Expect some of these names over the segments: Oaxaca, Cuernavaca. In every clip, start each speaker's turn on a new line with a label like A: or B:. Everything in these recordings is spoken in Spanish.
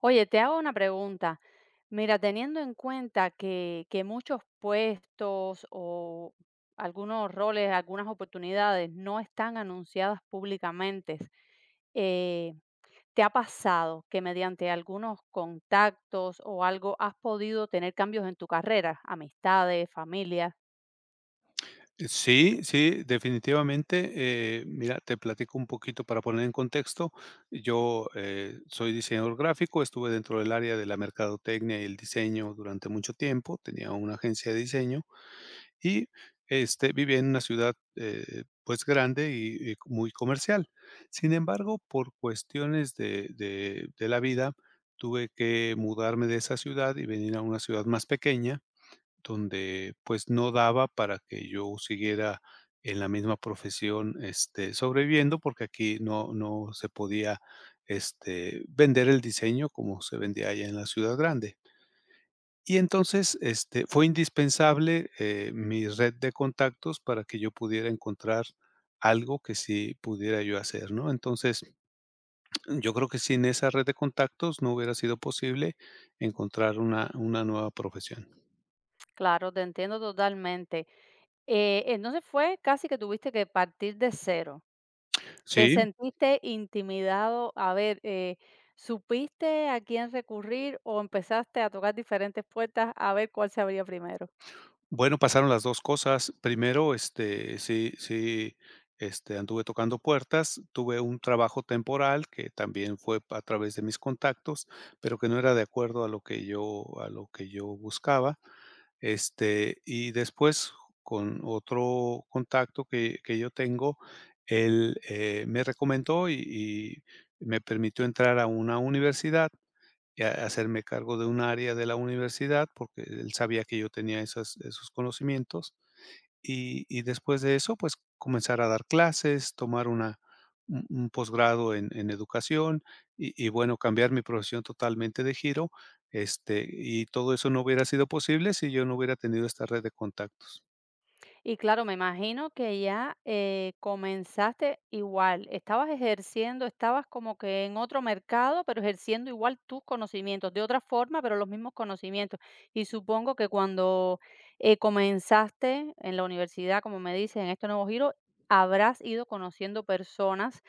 A: Oye, te hago una pregunta. Mira, teniendo en cuenta que, muchos puestos o algunos roles, algunas oportunidades no están anunciadas públicamente, eh, ¿te ha pasado que mediante algunos contactos o algo has podido tener cambios en tu carrera? Amistades, familia.
B: Sí, sí, definitivamente. Mira, te platico un poquito para poner en contexto. Yo soy diseñador gráfico, estuve dentro del área de la mercadotecnia y el diseño durante mucho tiempo, tenía una agencia de diseño y vivía en una ciudad pues grande y muy comercial. Sin embargo, por cuestiones de la vida, tuve que mudarme de esa ciudad y venir a una ciudad más pequeña donde, pues, no daba para que yo siguiera en la misma profesión, sobreviviendo, porque aquí no se podía, vender el diseño como se vendía allá en la ciudad grande. Y entonces, fue indispensable, mi red de contactos para que yo pudiera encontrar algo que sí pudiera yo hacer, ¿no? Entonces, yo creo que sin esa red de contactos no hubiera sido posible encontrar una nueva profesión.
A: Claro, te entiendo totalmente. Entonces fue casi que tuviste que partir de cero. ¿Te
B: Sí.
A: sentiste intimidado? A ver, ¿supiste a quién recurrir o empezaste a tocar diferentes puertas a ver cuál se abría primero?
B: Bueno, pasaron las 2 cosas. Primero, sí sí, anduve tocando puertas. Tuve un trabajo temporal que también fue a través de mis contactos, pero que no era de acuerdo a lo que yo buscaba. Y después, con otro contacto que yo tengo, él me recomendó y me permitió entrar a una universidad y a hacerme cargo de un área de la universidad, porque él sabía que yo tenía esos conocimientos. Y después de eso, pues, comenzar a dar clases, tomar una un posgrado en educación y bueno, cambiar mi profesión totalmente de giro, y todo eso no hubiera sido posible si yo no hubiera tenido esta red de contactos.
A: Y claro, me imagino que ya comenzaste igual, estabas ejerciendo, estabas como que en otro mercado, pero ejerciendo igual tus conocimientos, de otra forma, pero los mismos conocimientos. Y supongo que cuando comenzaste en la universidad, como me dices, en este nuevo giro, habrás ido conociendo personas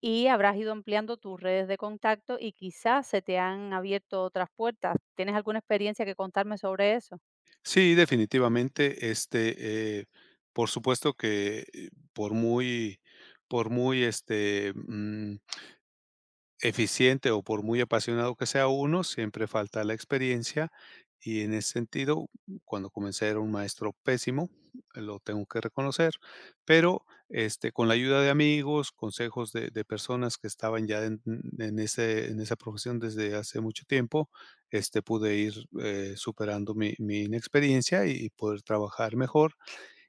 A: y habrás ido ampliando tus redes de contacto y quizás se te han abierto otras puertas. ¿Tienes alguna experiencia que contarme sobre eso?
B: Sí, definitivamente, por supuesto que, por muy por muy eficiente o por muy apasionado que sea uno, siempre falta la experiencia y en ese sentido, cuando comencé era un maestro pésimo, lo tengo que reconocer, pero con la ayuda de amigos, consejos de personas que estaban ya en esa profesión desde hace mucho tiempo, pude ir superando mi inexperiencia y poder trabajar mejor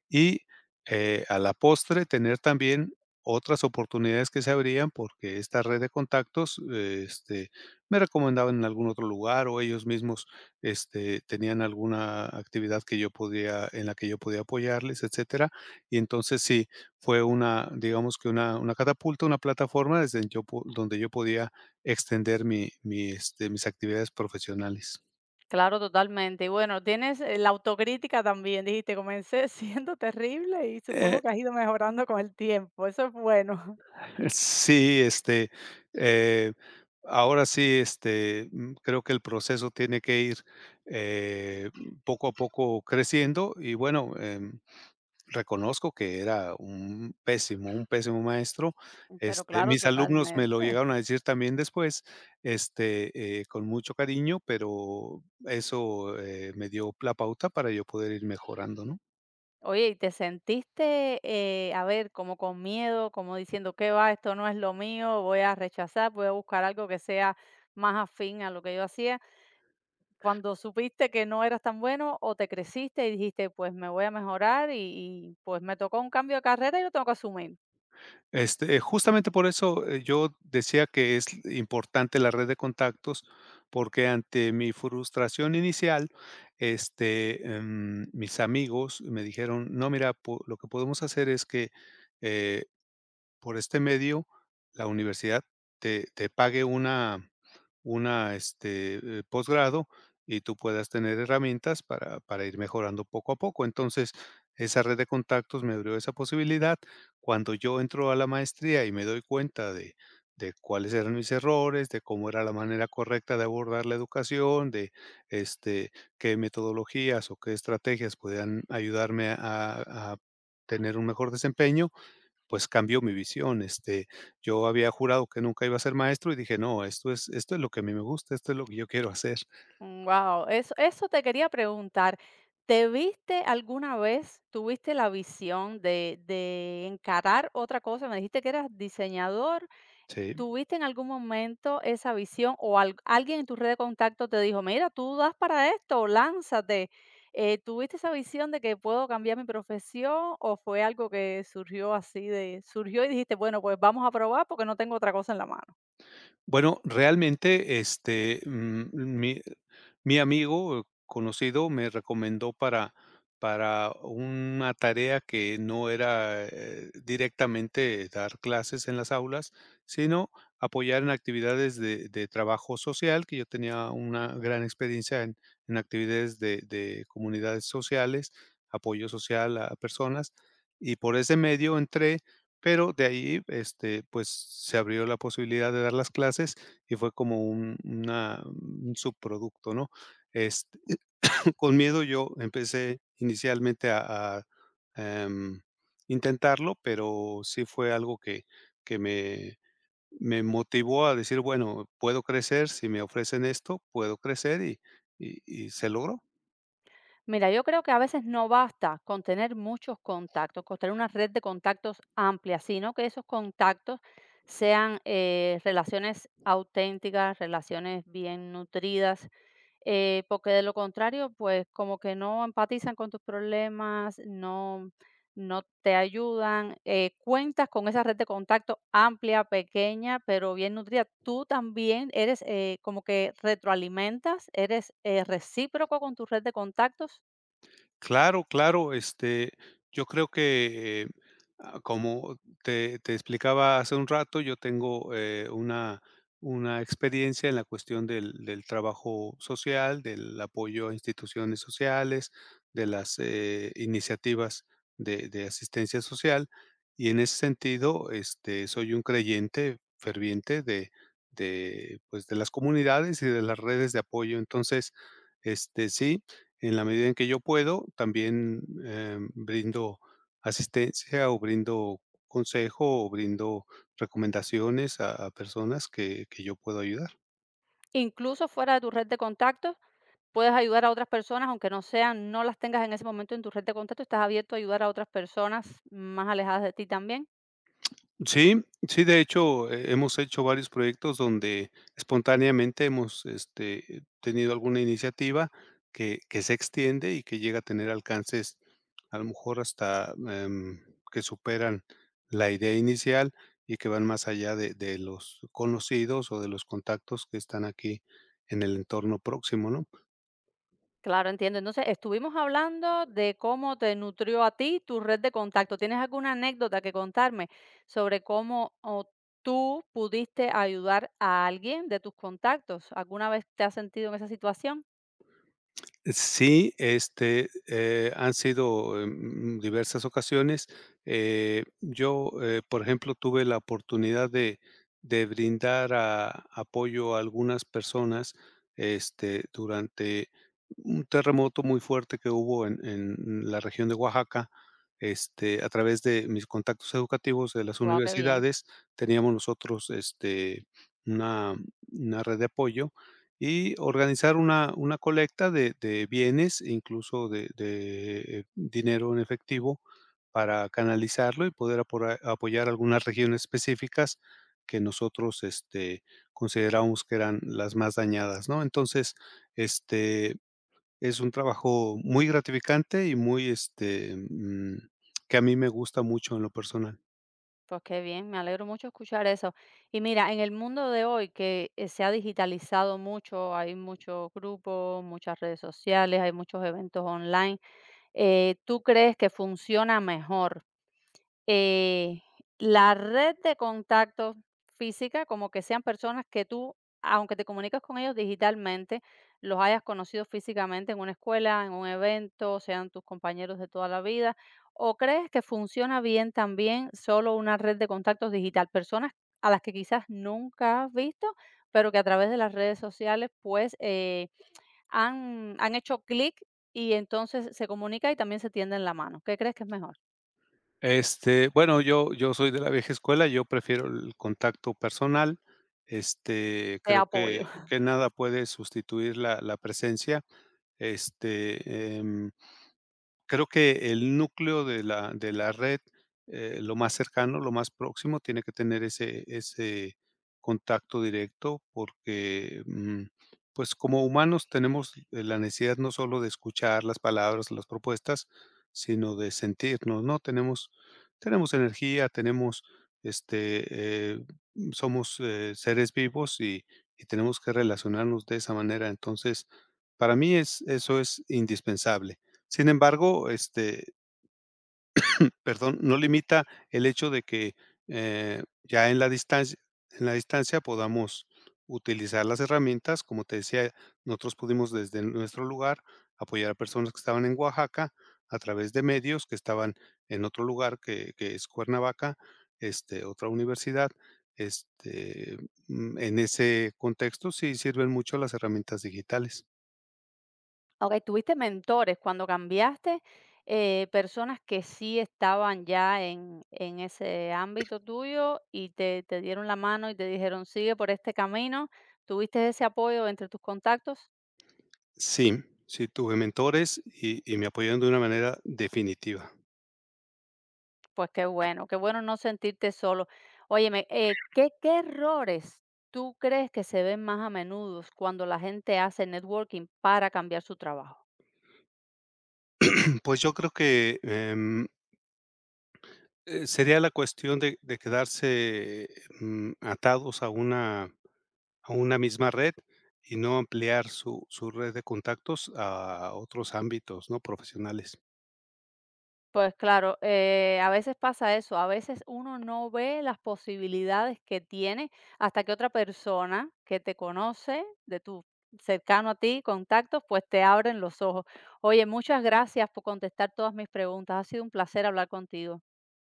B: y, a la postre, tener también otras oportunidades que se abrían, porque esta red de contactos, me recomendaban en algún otro lugar, o ellos mismos, tenían alguna actividad que yo podía en la que yo podía apoyarles, etcétera. Y entonces sí, fue una, digamos que una catapulta, una plataforma desde yo po donde yo podía extender mis actividades profesionales.
A: Claro, totalmente. Y bueno, tienes, la autocrítica también. Dijiste: "Comencé siendo terrible y
B: Eh
A: supongo que has ido mejorando con el tiempo". Eso es bueno.
B: Sí, eh, ahora sí, creo que el proceso tiene que ir eh, poco a poco creciendo y bueno, reconozco que era un pésimo maestro.
A: Pero claro,
B: Mis alumnos me
A: totalmente.
B: lo llegaron a decir también después, con mucho cariño, pero eso me dio la pauta para yo poder ir mejorando, ¿no?
A: Oye, ¿y te sentiste, a ver, como con miedo, como diciendo: "¿Qué va? Esto no es lo mío, voy a rechazar, voy a buscar algo que sea más afín a lo que yo hacía"? Cuando supiste que no eras tan bueno, ¿o te creciste y dijiste: "Pues me voy a mejorar y pues me tocó un cambio de carrera y lo tengo que asumir"?
B: Justamente por eso, yo decía que es importante la red de contactos, porque ante mi frustración inicial, mis amigos me dijeron: "No, mira, po lo que podemos hacer es que, eh por este medio, la universidad te pague una posgrado y tú puedas tener herramientas para ir mejorando poco a poco. Entonces, esa red de contactos me abrió esa posibilidad. Cuando yo entro a la maestría y me doy cuenta de cuáles eran mis errores, de cómo era la manera correcta de abordar la educación, de, este, qué metodologías o qué estrategias podían ayudarme a tener un mejor desempeño, pues, cambió mi visión, yo había jurado que nunca iba a ser maestro y dije: "No, esto es lo que a mí me gusta, esto es lo que yo quiero hacer".
A: Wow, eso te quería preguntar. ¿Te viste alguna vez, tuviste la visión de, encarar otra cosa? Me dijiste que eras diseñador.
B: Sí.
A: ¿Tuviste en algún momento esa visión o alguien en tu red de contacto te dijo, mira, tú das para esto, lánzate? ¿Tuviste esa visión de que puedo cambiar mi profesión o fue algo que surgió así de, surgió y dijiste, bueno, pues vamos a probar porque no tengo otra cosa en la mano?
B: Bueno, realmente, Mi amigo conocido me recomendó para una tarea que no era, directamente dar clases en las aulas, sino apoyar en actividades de trabajo social, que yo tenía una gran experiencia en actividades de comunidades sociales, apoyo social a personas, y por ese medio entré, pero de ahí, pues, se abrió la posibilidad de dar las clases y fue como un subproducto, ¿no? Este, con miedo yo empecé inicialmente a, em, intentarlo, pero sí fue algo que me motivó a decir: "Bueno, puedo crecer, si me ofrecen esto, puedo crecer", y se logró.
A: Mira, yo creo que a veces no basta con tener muchos contactos, con tener una red de contactos amplia, sino que esos contactos sean relaciones auténticas, relaciones bien nutridas, porque de lo contrario, pues como que no empatizan con tus problemas, no, no te ayudan. Cuentas con esa red de contacto amplia, pequeña, pero bien nutrida. Tú también eres como que retroalimentas, eres recíproco con tu red de contactos.
B: Claro, claro, yo creo que, como te explicaba hace un rato, yo tengo, una experiencia en la cuestión del trabajo social, del apoyo a instituciones sociales, de las, iniciativas de asistencia social, y en ese sentido, soy un creyente ferviente de las comunidades y de las redes de apoyo. Entonces, sí, en la medida en que yo puedo, también, brindo asistencia, o brindo consejo, o brindo recomendaciones a personas que yo puedo ayudar.
A: Incluso fuera de tu red de contactos, puedes ayudar a otras personas, aunque no sean, no las tengas en ese momento en tu red de contactos, estás abierto a ayudar a otras personas más alejadas de ti también.
B: Sí, sí, de hecho, hemos hecho varios proyectos donde espontáneamente hemos, tenido alguna iniciativa que se extiende y que llega a tener alcances, a lo mejor hasta, que superan la idea inicial y que van más allá de los conocidos o de los contactos que están aquí en el entorno próximo, ¿no?
A: Claro, entiendo. Entonces, estuvimos hablando de cómo te nutrió a ti tu red de contacto. ¿Tienes alguna anécdota que contarme sobre cómo o tú pudiste ayudar a alguien de tus contactos? ¿Alguna vez te has sentido en esa situación?
B: Sí, han sido, diversas ocasiones. Yo, por ejemplo, tuve la oportunidad de brindar a apoyo a algunas personas, durante un terremoto muy fuerte que hubo en la región de Oaxaca, a través de mis contactos educativos de las
A: Guau, qué bien.
B: universidades, teníamos nosotros, una una red de apoyo y organizar una colecta de bienes, e incluso de dinero en efectivo, para canalizarlo y poder apora apoyar algunas regiones específicas que nosotros, consideramos que eran las más dañadas, ¿no? Entonces, este, es un trabajo muy gratificante y muy, que a mí me gusta mucho en lo personal.
A: Pues qué bien, me alegro mucho escuchar eso. Y mira, en el mundo de hoy que se ha digitalizado mucho, hay muchos grupos, muchas redes sociales, hay muchos eventos online, ¿tú crees que funciona mejor eh, la red de contacto física, como que sean personas que tú, aunque te comunicas con ellos digitalmente, los hayas conocido físicamente en una escuela, en un evento, sean tus compañeros de toda la vida, o crees que funciona bien también solo una red de contactos digital, personas a las que quizás nunca has visto, pero que a través de las redes sociales pues han, han hecho clic y entonces se comunica y también se tienden la mano. ¿Qué crees que es mejor?
B: Bueno, yo soy de la vieja escuela, yo prefiero el contacto personal,
A: Te
B: creo
A: apoyo.
B: que nada puede sustituir la presencia, este, em creo que el núcleo de la red, lo más cercano, lo más próximo, tiene que tener ese contacto directo porque, pues, como humanos tenemos la necesidad no solo de escuchar las palabras, las propuestas, sino de sentirnos, ¿no? Tenemos energía, tenemos, este, eh, somos, seres vivos y tenemos que relacionarnos de esa manera. Entonces, para mí es eso es indispensable. Sin embargo, perdón, no limita el hecho de que, ya en la distancia podamos utilizar las herramientas. Como te decía, nosotros pudimos desde nuestro lugar apoyar a personas que estaban en Oaxaca a través de medios que estaban en otro lugar que es Cuernavaca, otra universidad. Este, en ese contexto sí sirven mucho las herramientas digitales.
A: Okey, tuviste mentores cuando cambiaste, personas que sí estaban ya en ese ámbito tuyo y te dieron la mano y te dijeron: "Sigue por este camino", ¿tuviste ese apoyo entre tus contactos?
B: Sí, sí, tuve mentores y me apoyaron de una manera definitiva.
A: Pues qué bueno no sentirte solo. Óyeme, ¿qué errores tú crees que se ven más a menudo cuando la gente hace networking para cambiar su trabajo?
B: Pues, yo creo que, sería la cuestión de quedarse, atados a una misma red y no ampliar su red de contactos a otros ámbitos, ¿no?, profesionales.
A: Pues claro, a veces pasa eso, a veces uno no ve las posibilidades que tiene hasta que otra persona que te conoce, de tu cercano a ti, contactos, pues te abren los ojos. Oye, muchas gracias por contestar todas mis preguntas. Ha sido un placer hablar contigo.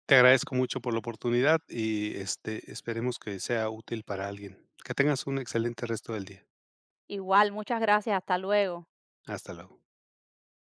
B: Te agradezco mucho por la oportunidad y, esperemos que sea útil para alguien. Que tengas un excelente resto del día.
A: Igual, muchas gracias. Hasta luego.
B: Hasta luego.